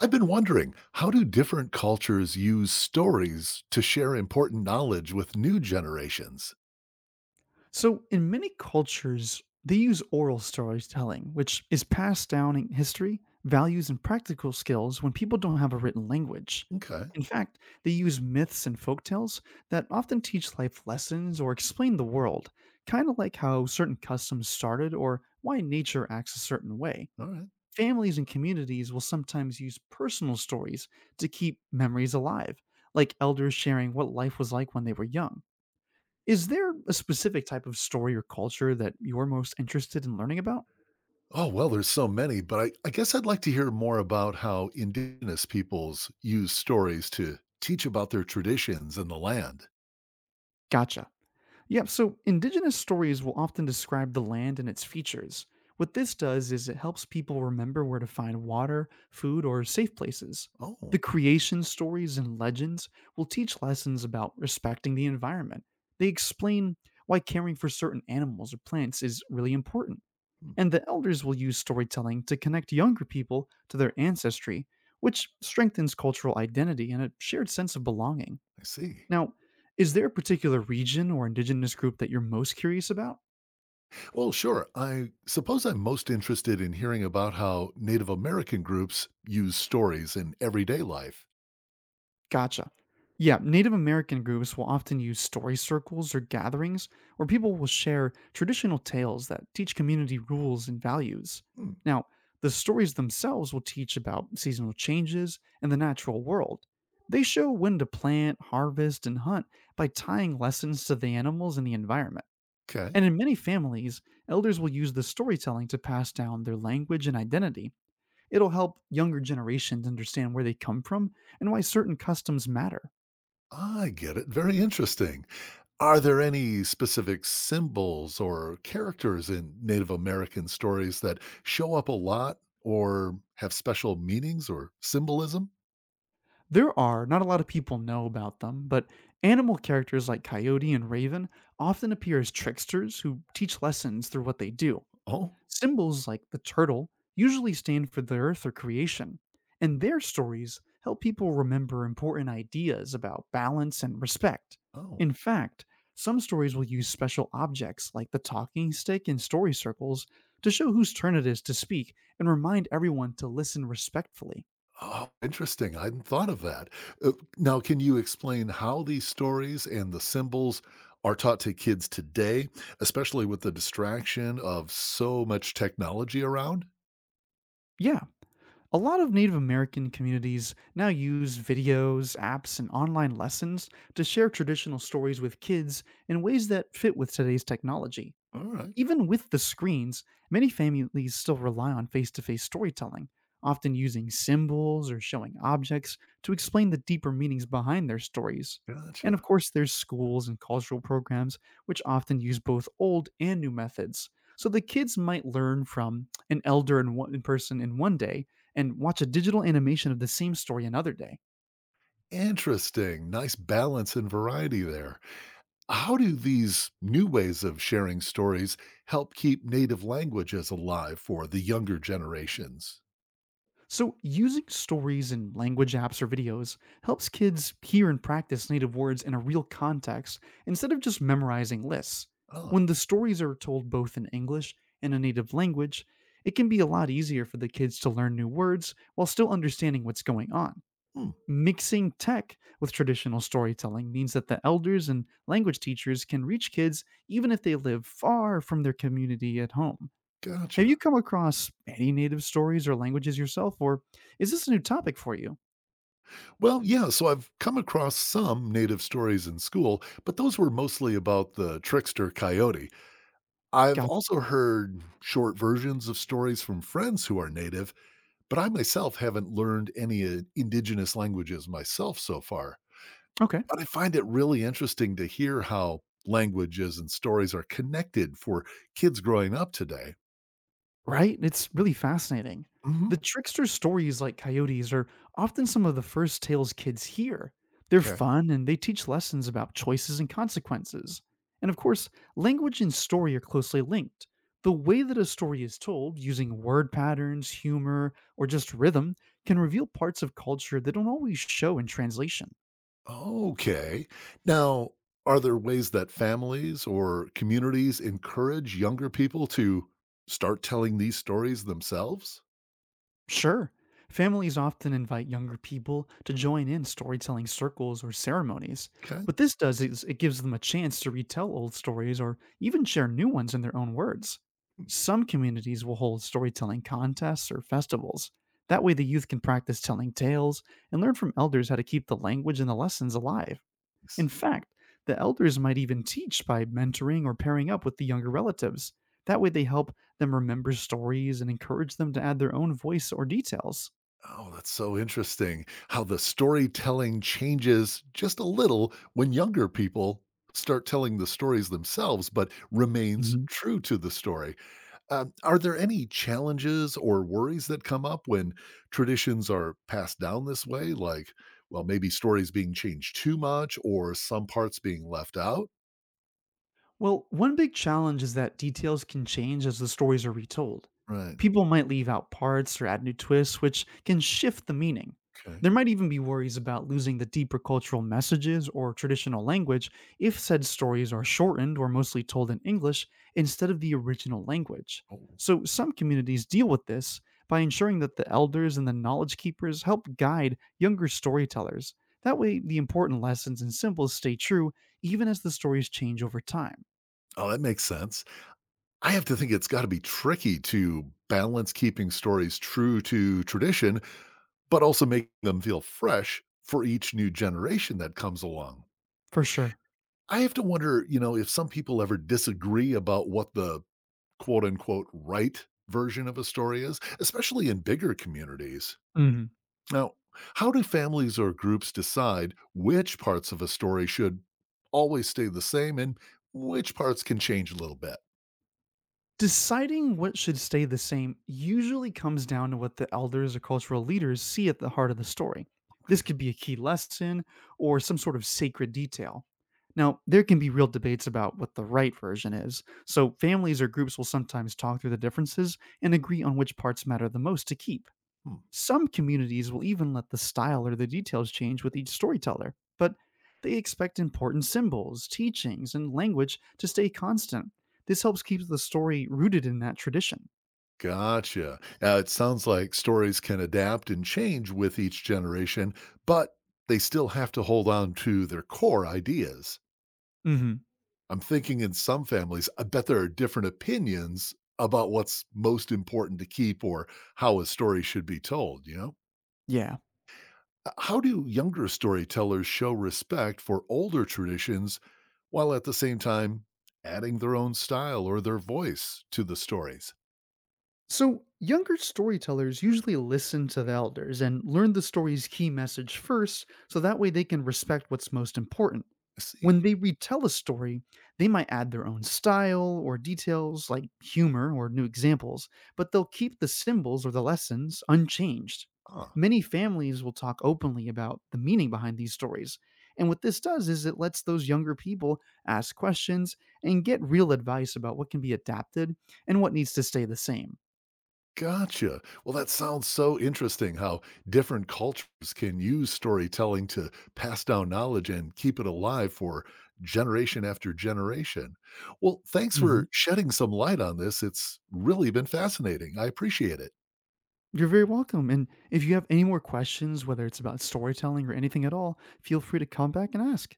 I've been wondering, how do different cultures use stories to share important knowledge with new generations? So, in many cultures, they use oral storytelling, which is passed down in history, values, and practical skills when people don't have a written language. Okay. In fact, they use myths and folktales that often teach life lessons or explain the world, kind of like how certain customs started or why nature acts a certain way. All right. Families and communities will sometimes use personal stories to keep memories alive, like elders sharing what life was like when they were young. Is there a specific type of story or culture that you're most interested in learning about? Oh, well, there's so many, but I guess I'd like to hear more about how indigenous peoples use stories to teach about their traditions and the land. Gotcha. Yeah, so indigenous stories will often describe the land and its features. What this does is it helps people remember where to find water, food, or safe places. The Oh, creation stories and legends will teach lessons about respecting the environment. They explain why caring for certain animals or plants is really important. hmm, And the elders will use storytelling to connect younger people to their ancestry, which strengthens cultural identity and a shared sense of belonging. I see. Now, is there a particular region or indigenous group that you're most curious about? Well, sure. I suppose I'm most interested in hearing about how Native American groups use stories in everyday life. Gotcha. Yeah, Native American groups will often use story circles or gatherings where people will share traditional tales that teach community rules and values. Hmm, Now, the stories themselves will teach about seasonal changes and the natural world. They show when to plant, harvest, and hunt by tying lessons to the animals and the environment. okay. And in many families, elders will use the storytelling to pass down their language and identity. It'll help younger generations understand where they come from and why certain customs matter. I get it. Very interesting. Are there any specific symbols or characters in Native American stories that show up a lot or have special meanings or symbolism? There are, not a lot of people know about them, but animal characters like Coyote and Raven often appear as tricksters who teach lessons through what they do. Oh, Symbols like the turtle usually stand for the earth or creation, and their stories help people remember important ideas about balance and respect. oh, In fact, some stories will use special objects like the talking stick in story circles to show whose turn it is to speak and remind everyone to listen respectfully. oh, interesting. I hadn't thought of that. Uh, now, can you explain how these stories and the symbols are taught to kids today, especially with the distraction of so much technology around? Yeah, a lot of Native American communities now use videos, apps, and online lessons to share traditional stories with kids in ways that fit with today's technology. All right, Even with the screens, many families still rely on face to face storytelling, often using symbols or showing objects to explain the deeper meanings behind their stories. And of gotcha. course, there's schools and cultural programs which often use both old and new methods. So the kids might learn from an elder in one in person in one day and watch a digital animation of the same story another day. Interesting. Nice balance and variety there. How do these new ways of sharing stories help keep native languages alive for the younger generations? So, using stories and language apps or videos helps kids hear and practice native words in a real context instead of just memorizing lists. Ah, When the stories are told both in English and a native language, it can be a lot easier for the kids to learn new words while still understanding what's going on. hmm, Mixing tech with traditional storytelling means that the elders and language teachers can reach kids even if they live far from their community at home. Have you gotcha. come across any native stories or languages yourself, or is this a new topic for you? Well, yeah, so I've come across some native stories in school, but those were mostly about the trickster coyote. I've Gotcha. also heard short versions of stories from friends who are native, but I myself haven't learned any indigenous languages myself so far. Okay. But I find it really interesting to hear how languages and stories are connected for kids growing up today. Right? It's really fascinating. Hmm. The trickster stories like coyotes are often some of the first tales kids hear. They're Okay. fun and they teach lessons about choices and consequences. And of course, language and story are closely linked. The way that a story is told, using word patterns, humor, or just rhythm, can reveal parts of culture that don't always show in translation. Okay. Now, are there ways that families or communities encourage younger people to start telling these stories themselves? Sure. Families often invite younger people to join in storytelling circles or ceremonies. Okay. What this does is it gives them a chance to retell old stories or even share new ones in their own words. Some communities will hold storytelling contests or festivals. That way, the youth can practice telling tales and learn from elders how to keep the language and the lessons alive. In fact, the elders might even teach by mentoring or pairing up with the younger relatives. That way, they help them remember stories and encourage them to add their own voice or details. Oh, that's so interesting how the storytelling changes just a little when younger people start telling the stories themselves, but remains true to the story. Are there any challenges or worries that come up when traditions are passed down this way? Like, well, maybe stories being changed too much or some parts being left out? Well, one big challenge is that details can change as the stories are retold. Right. People might leave out parts or add new twists, which can shift the meaning. Okay. There might even be worries about losing the deeper cultural messages or traditional language if said stories are shortened or mostly told in English instead of the original language. Oh. So, some communities deal with this by ensuring that the elders and the knowledge keepers help guide younger storytellers. That way, the important lessons and symbols stay true even as the stories change over time. Oh, that makes sense. I have to think it's got to be tricky to balance keeping stories true to tradition, but also make them feel fresh for each new generation that comes along. For sure. I have to wonder, you know, if some people ever disagree about what the quote unquote right version of a story is, especially in bigger communities. Mhm. Now, how do families or groups decide which parts of a story should always stay the same, and which parts can change a little bit? Deciding what should stay the same usually comes down to what the elders or cultural leaders see at the heart of the story. Okay. This could be a key lesson or some sort of sacred detail. Now, there can be real debates about what the right version is, so families or groups will sometimes talk through the differences and agree on which parts matter the most to keep. Hmm. Some communities will even let the style or the details change with each storyteller, but they expect important symbols, teachings, and language to stay constant. This helps keep the story rooted in that tradition. Gotcha. It sounds like stories can adapt and change with each generation, but they still have to hold on to their core ideas. Hmm. I'm thinking in some families, I bet there are different opinions about what's most important to keep, or how a story should be told, you know? Yeah. How do younger storytellers show respect for older traditions while at the same time adding their own style or their voice to the stories? So, younger storytellers usually listen to the elders and learn the story's key message first, so that way they can respect what's most important. I see. When they retell a story, they might add their own style or details like humor or new examples, but they'll keep the symbols or the lessons unchanged. Ah. Many families will talk openly about the meaning behind these stories. And what this does is it lets those younger people ask questions and get real advice about what can be adapted and what needs to stay the same. Gotcha. Well, that sounds so interesting how different cultures can use storytelling to pass down knowledge and keep it alive for generation after generation. Well, thanks Mhm. for shedding some light on this. It's really been fascinating. I appreciate it. You're very welcome. And if you have any more questions, whether it's about storytelling or anything at all, feel free to come back and ask.